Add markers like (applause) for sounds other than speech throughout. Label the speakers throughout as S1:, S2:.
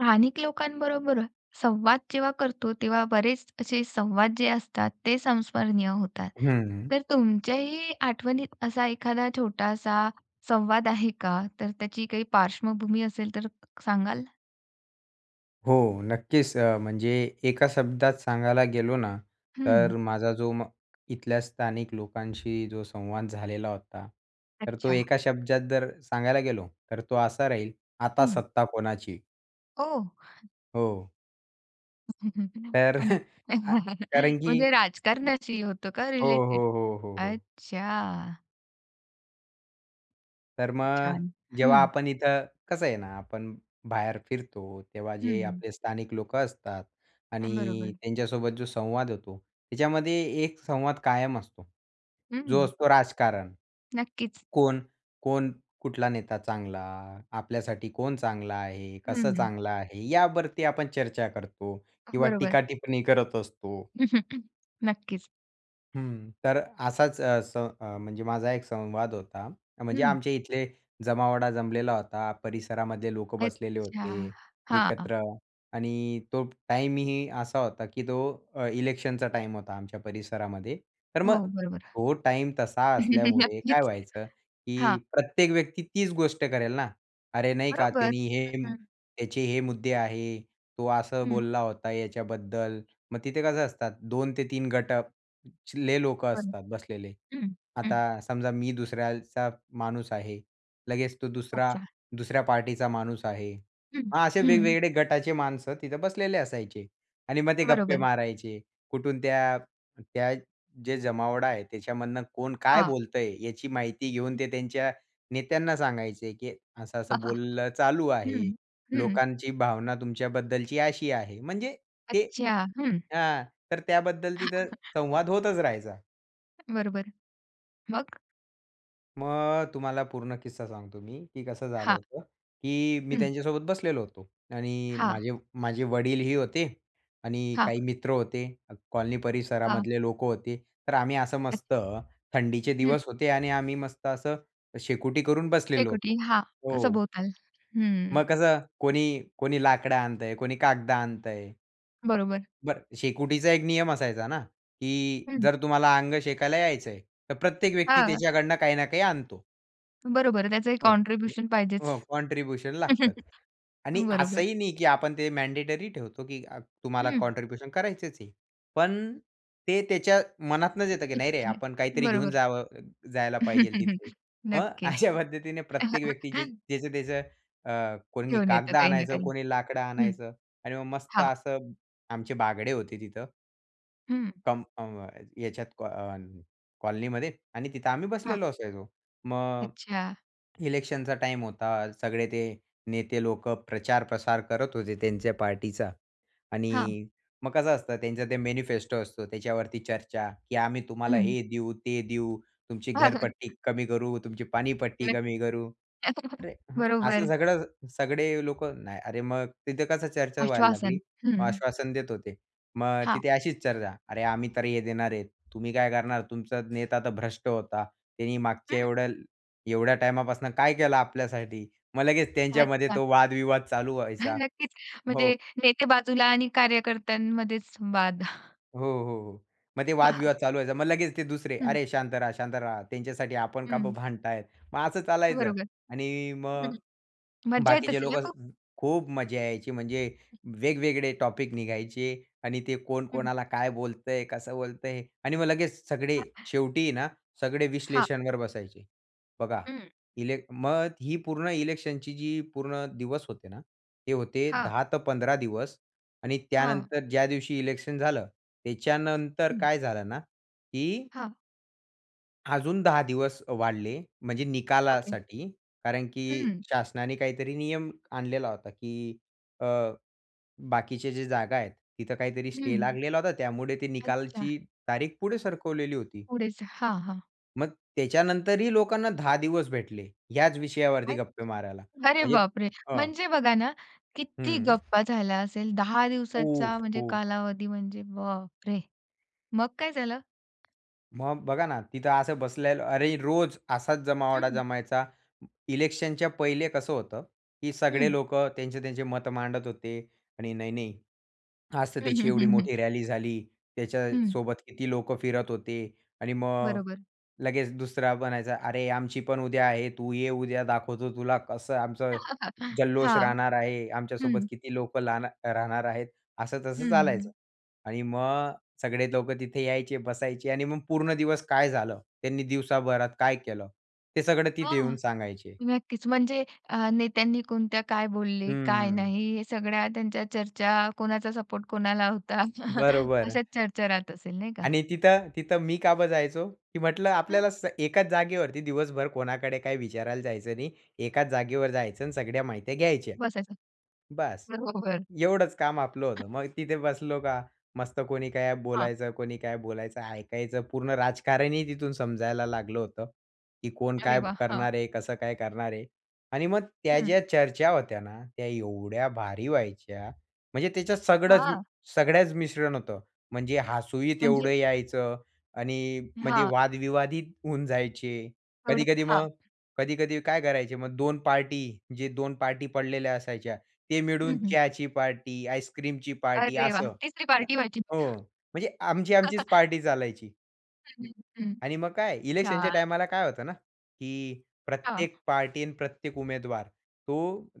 S1: स्थानिक लोकांबरोबर संवाद जेव्हा करतो, तेव्हा बरेच असे संवाद जे असतात ते संस्मरणीय होतात.
S2: हं.
S1: तर तुमच्याही आठवणीत असा एखादा छोटासा संवाद आहे का? तर त्याची काही पार्श्वभूमी असेल तर सांगाल?
S2: हो, नक्कीच. म्हणजे एका शब्दात सांगायला गेलो ना,
S1: हं.
S2: तर माझा जो इथल्या स्थानिक लोकांशी जो संवाद झालेला होता, तर तो
S1: अच्छा.
S2: एका शब्दात जर सांगायला गेलो, तर तो असा राहील, "आता
S1: हं.
S2: सत्ता कोणाची?"
S1: ओह! पण
S2: हो.
S1: (laughs)
S2: तर (laughs)
S1: (laughs)
S2: आ कारण की
S1: म्हणजे राजकारणाशी होतं का
S2: हो, हो,
S1: रिलेटेड?
S2: हो, हो, हो.
S1: अच्छा.
S2: तर मग
S1: छान.
S2: जेव्हा
S1: हं,
S2: आपण इथं कसं आहे ना, आपण बाहेर फिरतो, तेव्हा जे
S1: हं.
S2: आपले स्थानिक लोकं असतात आणि
S1: बरोबर.
S2: त्यांच्यासोबत जो संवाद होतो, त्याच्यामध्ये एक संवाद कायम असतो. जो
S1: हं.
S2: असतो राजकारण.
S1: नक्कीच.
S2: कोण कोण कुठला नेता चांगला, आपल्यासाठी कोण चांगला आहे, कसं
S1: हं,
S2: चांगला आहे, यावरती आपण चर्चा करतो किंवा
S1: बरोबर.
S2: टीका करत असतो.
S1: (laughs) नक्कीच.
S2: हं. तर असाच म्हणजे माझा एक संवाद होता. म्हणजे
S1: हं.
S2: आमच्या इथले जमावाडा जमलेला होता. परिसरामधले लोकं बसलेले
S1: अच्छा.
S2: होते
S1: हां.
S2: एकत्र आणि तो टाईमही असा होता, की तो इलेक्शनचा टाईम होता आमच्या परिसरामध्ये. तर मग
S1: हो, बरोबर.
S2: तो टाईम तसा
S1: (laughs)
S2: असल्यामुळे काय
S1: नक्कीच.
S2: व्हायचं, की
S1: हां,
S2: प्रत्येक व्यक्ती तीच गोष्ट करेल ना. "अरे नाही का
S1: बरोबर. हं,
S2: त्याचे हे मुद्दे आहे. तो असं
S1: हं,
S2: बोलला होता याच्याबद्दल." मग तिथे कसं असतात 2 ते 3 गट ले लोकं
S1: बरं.
S2: असतात बसलेले.
S1: हं, हं,
S2: आता समजा मी दुसऱ्याचा माणूस आहे. लगेच तो दुसरा
S1: अच्छा.
S2: दुसऱ्या पार्टीचा माणूस आहे.
S1: हं,
S2: हां, असे
S1: हं.
S2: वेगवेगळे गटाचे माणसं तिथे बसलेले असायचे आणि मग ते गप्पे
S1: बरोबर.
S2: मारायचे. कुठून त्या त्या जे जमावडा आहे त्याच्यामधनं कोण काय
S1: हां.
S2: बोलतंय याची माहिती घेऊन ते त्यांच्या नेत्यांना सांगायचे, की असं-असं
S1: (laughs)
S2: बोललं चालू आहे.
S1: हं, हं.
S2: लोकांची भावना तुमच्याबद्दलची अशी आहे. म्हणजे ते
S1: अच्छा. हं.
S2: हां, तर त्याबद्दल
S1: (laughs)
S2: तिथं संवाद होतच राहायचा.
S1: बरोबर. मग?
S2: मग तुम्हाला पूर्ण किस्सा सांगतो मी, की कसं झालं
S1: हां.
S2: होतं, की मी
S1: हं.
S2: त्यांच्यासोबत बसलेलो होतो आणि
S1: हां,
S2: माझे माझे वडीलही होते आणि
S1: हां,
S2: काही मित्र होते. कॉलनी
S1: हां.
S2: परिसरामधले लोकं होते. तर आम्ही असं मस्त
S1: अच्छा.
S2: थंडीचे
S1: हं.
S2: दिवस होते आणि आम्ही मस्त असं शेकोटी करून बसलेलो
S1: शेकोटी.
S2: होतो.
S1: हां.
S2: हो.
S1: सभोवताल. हं.
S2: मग कसं कोणी कोणी लाकडं आणतंय, कोणी कागद आणतंय.
S1: बरोबर.
S2: बरं शेकोटीचा एक नियम असायचा ना, की
S1: हं.
S2: जर तुम्हाला अंग शेकायला यायचंय, तर प्रत्येक व्यक्ती
S1: हां.
S2: त्याच्याकडनं काही ना काही आणतो.
S1: बरोबर. त्याचं एक
S2: हो.
S1: कॉन्ट्रिब्युशन पाहिजेच.
S2: हो, कॉन्ट्रिब्युशन लागतात.
S1: (laughs)
S2: आणि
S1: बरोबर.
S2: असंही नाही, की आपण ते मॅन्डेटरी ठेवतो, की तुम्हाला
S1: हं.
S2: कॉन्ट्रिब्युशन करायचंच आहे. पण ते त्याच्या मनातनच येतं, की नाही रे,
S1: अच्छा.
S2: आपण काहीतरी घेऊन
S1: बरोबर.
S2: जावं जायला पाहिजे तिथे.
S1: (laughs)
S2: मग
S1: नक्कीच.
S2: अशा पद्धतीने प्रत्येक व्यक्तीचे
S1: (laughs)
S2: ज्याचं त्याचं कोणी
S1: घेऊन येतो
S2: कागद
S1: काही ना
S2: आणायचं,
S1: काही.
S2: कोणी लाकडं
S1: हं.
S2: आणायचं आणि मग मस्त
S1: हां.
S2: असं आमचे बागडे होते तिथं.
S1: हं.
S2: कम अ, याच्यात कॉ अ, कॉलनीमध्ये आणि तिथं आम्ही
S1: हां.
S2: बसलेलो असायचो. मग
S1: अच्छा.
S2: इलेक्शनचा टाइम होता. सगळे ते नेते लोकं प्रचार-प्रसार करत होते त्यांच्या पार्टीचा
S1: हां.
S2: आणि मग कसं असतं त्यांचा ते मॅनिफेस्टो असतो त्याच्यावरती चर्चा, की आम्ही तुम्हाला
S1: हं.
S2: हे देऊ, ते देऊ, तुमची घरपट्टी
S1: (laughs)
S2: कमी करू, तुमची पाणीपट्टी
S1: नक्कीच.
S2: कमी करू.
S1: (laughs)
S2: अरे हं, असं
S1: बरोबर.
S2: सगळं सगळे लोकं नाही. अरे मग तिथे कसं चर्चा व्हायला लागली.
S1: आश्वासन. हं.
S2: आश्वासन देत होते. मग
S1: हां.
S2: तिथे अशीच चर्चा. "अरे आम्ही तर हे देणार आहेत. तुम्ही काय करणार? तुमचा नेता तर भ्रष्ट होता. त्यांनी मागच्या
S1: हं.
S2: एवढ्या एवढ्या टाईमापासून काय केलं आपल्यासाठी?" मग लगेच त्यांच्यामध्ये
S1: अच्छा.
S2: तो वादविवाद चालू
S1: हां,
S2: व्हायचा.
S1: नक्कीच.
S2: हो,
S1: म्हणजे नेते बाजूला आणि कार्यकर्त्यांमध्येच संवाद.
S2: हो, हो, हो. मग ते वादविवाद चालू
S1: (laughs)
S2: व्हायचा. मग लगेच ते दुसरे,
S1: हं,
S2: "अरे शांत राहा, शांत राहा. त्यांच्यासाठी आपण का बं
S1: हं.
S2: भांडतायत?" मग असं चालायचं
S1: बरोबर.
S2: आणि
S1: हं.
S2: मग
S1: मज्जा येत
S2: बाकीचे
S1: असेल ना
S2: लोकं
S1: खूप?
S2: खूप मजा यायची. म्हणजे वेगवेगळे टॉपिक निघायचे आणि ते कोण
S1: हं.
S2: कोणाला काय बोलतंय, कसं बोलतंय आणि मग लगेच सगळे शेवटी ना सगळे
S1: हां.
S2: विश्लेषणवर बसायचे. बघा,
S1: हं.
S2: मग ही पूर्ण इलेक्शनची जी पूर्ण दिवस होते ना, ते होते
S1: हां.
S2: 10 ते 15 दिवस आणि
S1: हां.
S2: त्यानंतर ज्या दिवशी इलेक्शन झालं, त्याच्यानंतर
S1: हं.
S2: काय झालं ना, की
S1: हां.
S2: अजून 10 दिवस वाढले, म्हणजे
S1: बापरे!
S2: निकालासाठी. कारण की
S1: हं.
S2: शासनाने काहीतरी नियम आणलेला होता, की अ, बाकीचे जे जागा आहेत, तिथं काहीतरी
S1: हं.
S2: स्टे लागलेला होता. त्यामुळे ते
S1: अच्छा.
S2: निकालची तारीख पुढे सरकवलेली होती.
S1: पुढेच. हां,
S2: मग त्याच्यानंतरही लोकांना 10 दिवस भेटले, ह्याच विषयावरती
S1: हां.
S2: गप्पे मारायला.
S1: अरे
S2: म्हणजे
S1: बापरे!
S2: अ,
S1: म्हणजे बघा ना, किती
S2: हं.
S1: गप्पा झाल्या असेल 10 दिवसाचा
S2: खूप,
S1: म्हणजे
S2: खूप.
S1: कालावधी म्हणजे बापरे! मग काय झालं?
S2: मग बघा ना, तिथं असं बसलेलं अरे, रोज असाच जमावडा
S1: हं,
S2: जमायचा. इलेक्शनच्या पहिले कसं होतं, की सगळे
S1: हं.
S2: लोक त्यांचे-त्यांचे मत मांडत होते आणि नाही, नाही, आज तर
S1: (laughs) हं,
S2: त्याची
S1: हं,
S2: एवढी
S1: हं, हं.
S2: मोठी रॅली झाली.
S1: हं,
S2: त्याच्यासोबत किती लोकं फिरत होते आणि मग
S1: बरोबर.
S2: लगेच दुसरा बनायचा, "अरे, आमची पण उद्या आहे. तू ये उद्या. दाखवतो तुला कसं आमचं
S1: (laughs)
S2: जल्लोष
S1: हां.
S2: राहणार आहे. आमच्यासोबत
S1: हं,
S2: किती लोकं राहणार राहणार आहेत." असं
S1: हं,
S2: तसं चालायचं.
S1: हं.
S2: आणि मग सगळे लोकं तिथे यायचे, बसायचे आणि मग पूर्ण दिवस काय झालं, त्यांनी दिवसाभरात काय केलं, ते सगळं तिथे येऊन
S1: हां,
S2: सांगायचे.
S1: नक्कीच. म्हणजे नेत्यांनी कोणत्या काय बोलले, काय
S2: हं.
S1: नाही हे सगळ्या त्यांच्या चर्चा, कोणाचा सपोर्ट कोणाला होता (laughs)
S2: बरोबर.
S1: अशा चर्चा राहत असेल नाही का?
S2: आणि तिथं तिथं मी का बं जायचो, की म्हटलं
S1: हं,
S2: आपल्याला एकाच जागेवरती दिवसभर कोणाकडे काही विचारायला जायचं नाही. एकाच जागेवर जायचं आणि सगळ्या माहित्या घ्यायच्या.
S1: बसायचं.
S2: बस.
S1: बरोबर.
S2: एवढंच काम आपलं होतं. मग तिथे बसलो का मस्त कोणी काय
S1: हां.
S2: बोलायचं, कोणी काय बोलायचं, ऐकायचं. पूर्ण राजकारणही तिथून समजायला लागलं होतं, की कोण
S1: अरे
S2: काय
S1: वाह! हां.
S2: करणार आहे, कसं काय करणार आहे. आणि मग त्या
S1: हं.
S2: ज्या चर्चा होत्या ना, त्या एवढ्या भारी व्हायच्या. म्हणजे त्याच्यात
S1: हां,
S2: सगळ्याच मिश्रण होतं. म्हणजे हसूही तेवढं
S1: म्हणजे
S2: यायचं आणि म्हणजे
S1: हां.
S2: वादविवादही होऊन जायचे.
S1: तेवढेच.
S2: कधी-कधी
S1: हां.
S2: मग कधी-कधी काय करायचे मग 2 पार्टी, जे 2 पार्टी पडलेल्या असायच्या ते
S1: हं,
S2: मिळून
S1: हं.
S2: चहाची पार्टी, आईस्क्रीमची पार्टी
S1: अरे वाह!
S2: असं.
S1: तिसरी
S2: अ,
S1: पार्टी व्हायची.
S2: हो, म्हणजे आमचीच पार्टी चालायची
S1: हं, हं.
S2: आणि मग काय इलेक्शनच्या
S1: छान.
S2: टायमाला काय होतं ना, की
S1: हां.
S2: प्रत्येक पार्टी आणि प्रत्येक उमेदवार तो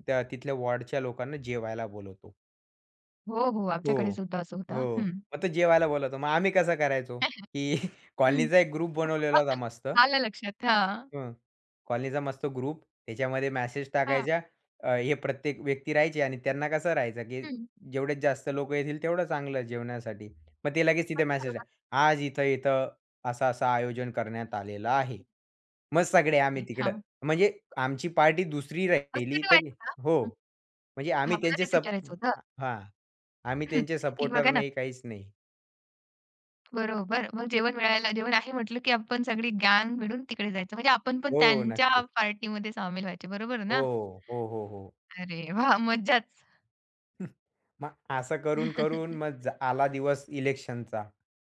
S2: त्या तिथल्या वॉर्डच्या लोकांना जेवायला बोलवतो.
S1: हो, हो.
S2: हो,
S1: आमच्याकडे सुद्धा असं होतं.
S2: हो.
S1: हं.
S2: मग तो जेवायला बोलवतो. मग आम्ही कसं करायचो, की (laughs)
S1: हं.
S2: कॉलनीचा एक ग्रुप बनवलेला होता
S1: (laughs)
S2: मस्त.
S1: आलं लक्षात. हां.
S2: हं. कॉलनीचा मस्त ग्रुप. त्याच्यामध्ये मेसेज
S1: हां.
S2: टाकायच्या. हे प्रत्येक व्यक्ती राहायची आणि त्यांना कसं राहायचं, की
S1: हं.
S2: जेवढे जास्त लोक येतील तेवढं चांगलं जेवणासाठी. मग ते लगेच तिथे
S1: अगदी
S2: मेसेज टाक
S1: बरोबर.
S2: आज इथं-इथं असं-असं आयोजन करण्यात आलेलं आहे. मग सगळे आम्ही
S1: की
S2: तिकडं.
S1: हां.
S2: म्हणजे आमची पार्टी दुसरी
S1: असं
S2: राहिली
S1: कधी
S2: तरी
S1: व्हायचं का?
S2: हो.
S1: हं.
S2: म्हणजे आम्ही
S1: हां, मला
S2: त्यांचे
S1: तेच
S2: सप
S1: विचारायचं होतं
S2: हां. आम्ही त्यांचे
S1: की बघा
S2: सपोर्टर
S1: ना,
S2: नाही, काहीच नाही.
S1: बरोबर. मग जेवण मिळायला जेवण आहे म्हटलं की आपण सगळी गँग मिळून तिकडे जायचं. म्हणजे आपण पण
S2: हो,
S1: त्यांच्या
S2: नक्कीच.
S1: पार्टीमध्ये सामील व्हायचे. बरोबर
S2: हो,
S1: ना?
S2: हो, हो, हो. हो.
S1: अरे वाह! मज्जाच.
S2: (laughs) मग असं करून
S1: (laughs)
S2: मग आला दिवस इलेक्शनचा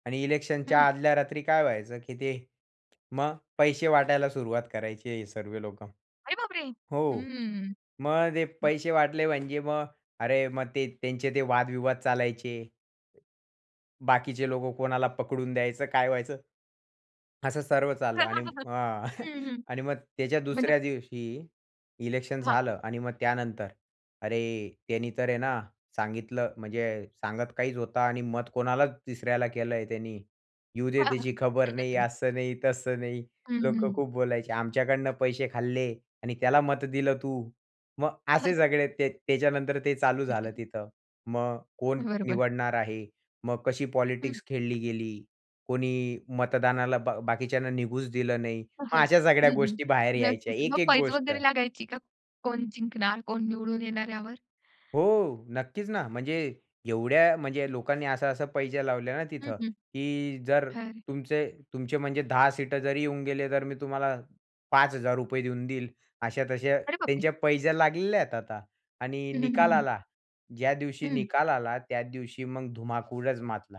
S2: आणि
S1: हं.
S2: इलेक्शनच्या आदल्या रात्री काय व्हायचं, की ते मग पैसे वाटायला सुरुवात करायचे हे सर्व लोकं.
S1: अरे बापरे!
S2: हो.
S1: हं.
S2: मग ते पैसे वाटले म्हणजे मग अरे, मग ते वादविवाद चालायचे. बाकीचे लोकं कोणाला पकडून द्यायचं, काय व्हायचं असं सर्व चाललं आणि
S1: (laughs)
S2: हां. (laughs)
S1: हं, हं.
S2: आणि मग त्याच्या
S1: म्हणजे
S2: दुसऱ्या दिवशी इलेक्शन
S1: हां.
S2: झालं आणि मग त्यानंतर, अरे, त्यांनी तर आहे ना सांगितलं म्हणजे सांगत काहीच होता आणि मत कोणालाच तिसऱ्याला केलंय त्यांनी. येऊ दे
S1: हां,
S2: त्याची
S1: हां.
S2: खबर नाही, असं नाही, तसं नाही.
S1: हं,
S2: लोकं
S1: हं.
S2: खूप बोलायचे. आमच्याकडनं पैसे खाल्ले आणि त्याला मत दिलं तू. मग असे सगळे ते त्याच्यानंतर ते चालू झालं
S1: (laughs)
S2: तिथं. मग कोण
S1: बरोबर.
S2: निवडणार आहे? मग कशी
S1: हं.
S2: पॉलिटिक्स खेळली गेली? कोणी मतदानाला बाकीच्यांना निघूच दिलं नाही. मग
S1: हं,
S2: अशा सगळ्या
S1: हं.
S2: गोष्टी बाहेर यायच्या
S1: नक्कीच. मग
S2: एक-एक
S1: क्विज
S2: गोष्ट.
S1: वगैरे लागायची का? कोण जिंकणार, कोण निवडून येणार यावर?
S2: हो, नक्कीच ना. म्हणजे एवढ्या म्हणजे लोकांनी असा-असा पैजा लावल्या ना
S1: हं,
S2: तिथं,
S1: हं.
S2: की जर
S1: अरे
S2: तुमचे तुमचे म्हणजे 10 सीटं जरी येऊन गेले, तर मी तुम्हाला ₹5,000 देऊन देईल. अशा तशा
S1: अरे बापरे!
S2: त्यांच्या पैजा लागलेल्या आहेत आता. आणि
S1: हं, हं,
S2: निकाल
S1: हं,
S2: आला. ज्या दिवशी निकाल आला, त्या दिवशी मग धुमाकूळच माजला,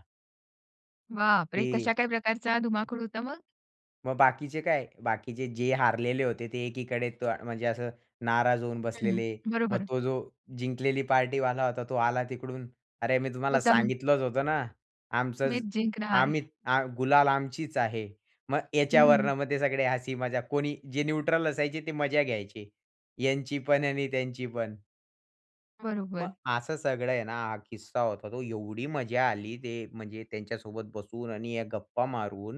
S1: बापरे!
S2: की
S1: कशा काय प्रकारचा धुमाकूळ होता मग?
S2: मग बाकीचे काय? बाकीचे जे हारलेले होते ते एकीकडे म्हणजे असं नाराज होऊन
S1: हं.
S2: बसलेले. मग
S1: बरोबर.
S2: तो जो जिंकलेली पार्टीवाला होता तो आला तिकडून, "अरे मी तुम्हाला
S1: मुद्दामून
S2: सांगितलंच होतं ना, आमचंच
S1: मीच जिंकणार.
S2: आम्ही गुलाल आमचीच आहे." मग
S1: हं.
S2: याच्यावरनं मग ते सगळे हसी मजाक कोणी जे न्यूट्रल असायचे ते मजा घ्यायचे. यांची पण आणि त्यांची पण. मग
S1: बरोबर.
S2: असं सगळं आहे ना, हा किस्सा होता. तो एवढी मजा आली ते म्हणजे त्यांच्यासोबत बसून आणि या गप्पा मारून,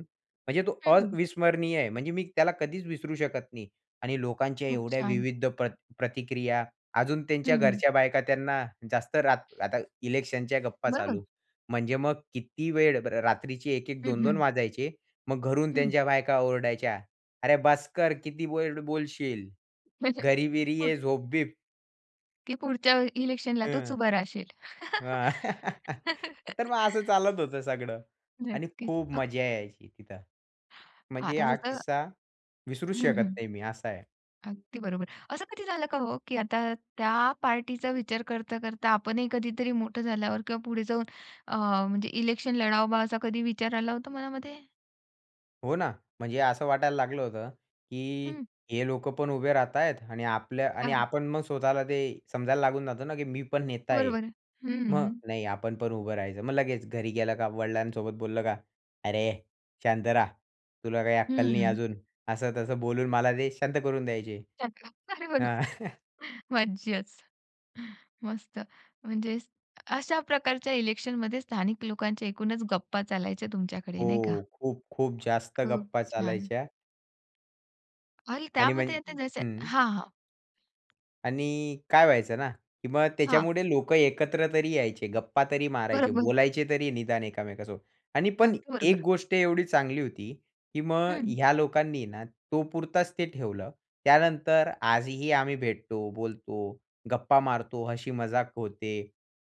S2: म्हणजे तो
S1: हं,
S2: अविस्मरणीय आहे. म्हणजे मी त्याला कधीच विसरू शकत नाही. आणि लोकांच्या
S1: खूप
S2: एवढ्या
S1: छान.
S2: विविध प्रतिक्रिया, अजून त्यांच्या
S1: हं,
S2: घरच्या बायका त्यांना जास्त रात आता इलेक्शनच्या गप्पा
S1: बरोबर.
S2: चालू. म्हणजे मग किती वेळ रात्रीचे 1-1,
S1: हं,
S2: 2-2
S1: हं.
S2: वाजायचे. मग घरून त्यांच्या बायका ओरडायच्या, "अरे बस कर, किती वेळ बोलशील? घरी-बिरी
S1: (laughs)
S2: ये, झोप-बीप."
S1: की पुढच्या इलेक्शनला तोच उभा राहशील.
S2: हां. (laughs)
S1: (laughs)
S2: तर मग असं चालत होतं सगळं आणि
S1: नक्कीच.
S2: खूप मजा यायची तिथं. म्हणजे
S1: आता
S2: हा
S1: जसं
S2: किस्सा विसरूच
S1: हं,
S2: शकत
S1: हं.
S2: नाही मी असा आहे.
S1: अगदी बरोबर. असं कधी झालं का हो, की आता त्या पार्टीचा विचार करता, करता आपणही कधीतरी मोठं झाल्यावर किंवा पुढे जाऊन अ, म्हणजे इलेक्शन लढावं बा असा कधी विचार आला होता मनामध्ये?
S2: हो ना, म्हणजे असं वाटायला लागलं होतं, की
S1: हं,
S2: हे लोकं पण उभे राहतायत आणि
S1: हां.
S2: आपण मग स्वतःला ते समजायला लागून जातो ना, की मी पण नेता आहे.
S1: बरोबर आहे. हं,
S2: मग
S1: हं.
S2: नाही आपण पण उभं राहायचं. मग लगेच घरी गेलं का वडिलांसोबत बोललं का, "अरे शांत राहा. तुला काही अक्कल नाही
S1: हं.
S2: अजून." असं तसं बोलून मला ते शांत करून द्यायचे.
S1: (laughs) अरे बरोबर. मज्जाच. मस्त. म्हणजे अशा प्रकारच्या इलेक्शनमध्ये स्थानिक लोकांच्या एकूणच गप्पा चालायच्या तुमच्याकडे,
S2: हो.
S1: नाही का?
S2: खूप, खूप जास्त
S1: हो.
S2: गप्पा
S1: छान.
S2: चालायच्या
S1: आणि
S2: आणि
S1: त्यामध्ये आता
S2: म्हणजे
S1: जसे
S2: हं.
S1: हां, हां,
S2: आणि काय व्हायचं ना, की मग
S1: हां.
S2: त्याच्यामुळे लोकं एकत्र तरी यायचे, गप्पा तरी मारायचे,
S1: बरोबर.
S2: बोलायचे तरी निदान एकमेकांसोबत. आणि पण
S1: अगदी
S2: एक
S1: बरोबर.
S2: गोष्ट एवढी चांगली होती, की मग
S1: हं.
S2: ह्या लोकांनी ना तो पुरताच ते ठेवलं. त्यानंतर आजही आम्ही भेटतो, बोलतो, गप्पा मारतो, हसी मजाक होते.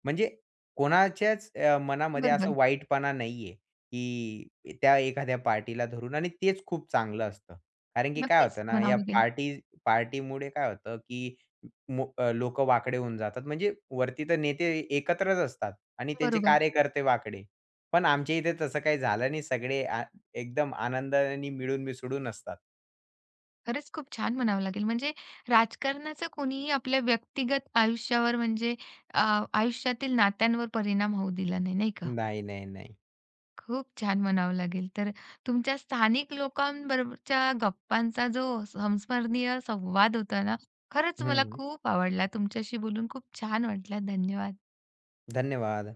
S2: म्हणजे कोणाच्याच मनामध्ये असं
S1: बरोबर.
S2: वाईटपणा नाहीये, की त्या एखाद्या पार्टीला धरून आणि तेच खूप चांगलं असतं. कारण की काय
S1: नक्कीच
S2: होतं ना, या
S1: म्हणावं लागेल.
S2: पार्टी पार्टीमुळे काय होतं, की मो वाकडे होऊन जातात. म्हणजे वरती तर नेते एकत्रच असतात आणि त्यांचे
S1: बरोबर.
S2: कार्यकर्ते वाकडे. पण आमच्या इथे तसं काही झालं नाही. सगळे एकदम आनंदाने मिळून मिसळून असतात.
S1: खरंच खूप छान म्हणावं लागेल. म्हणजे राजकारणाचा कोणीही आपल्या व्यक्तिगत आयुष्यावर म्हणजे अ, आयुष्यातील नात्यांवर परिणाम होऊ दिला नाही, नाही का?
S2: नाही, नाही, नाही.
S1: खूप छान म्हणावं लागेल. तर तुमच्या स्थानिक लोकांबरोबरच्या गप्पांचा जो संस्मरणीय संवाद होता ना, खरंच मला
S2: हं.
S1: खूप आवडला. तुमच्याशी बोलून खूप छान वाटलं. धन्यवाद.
S2: धन्यवाद.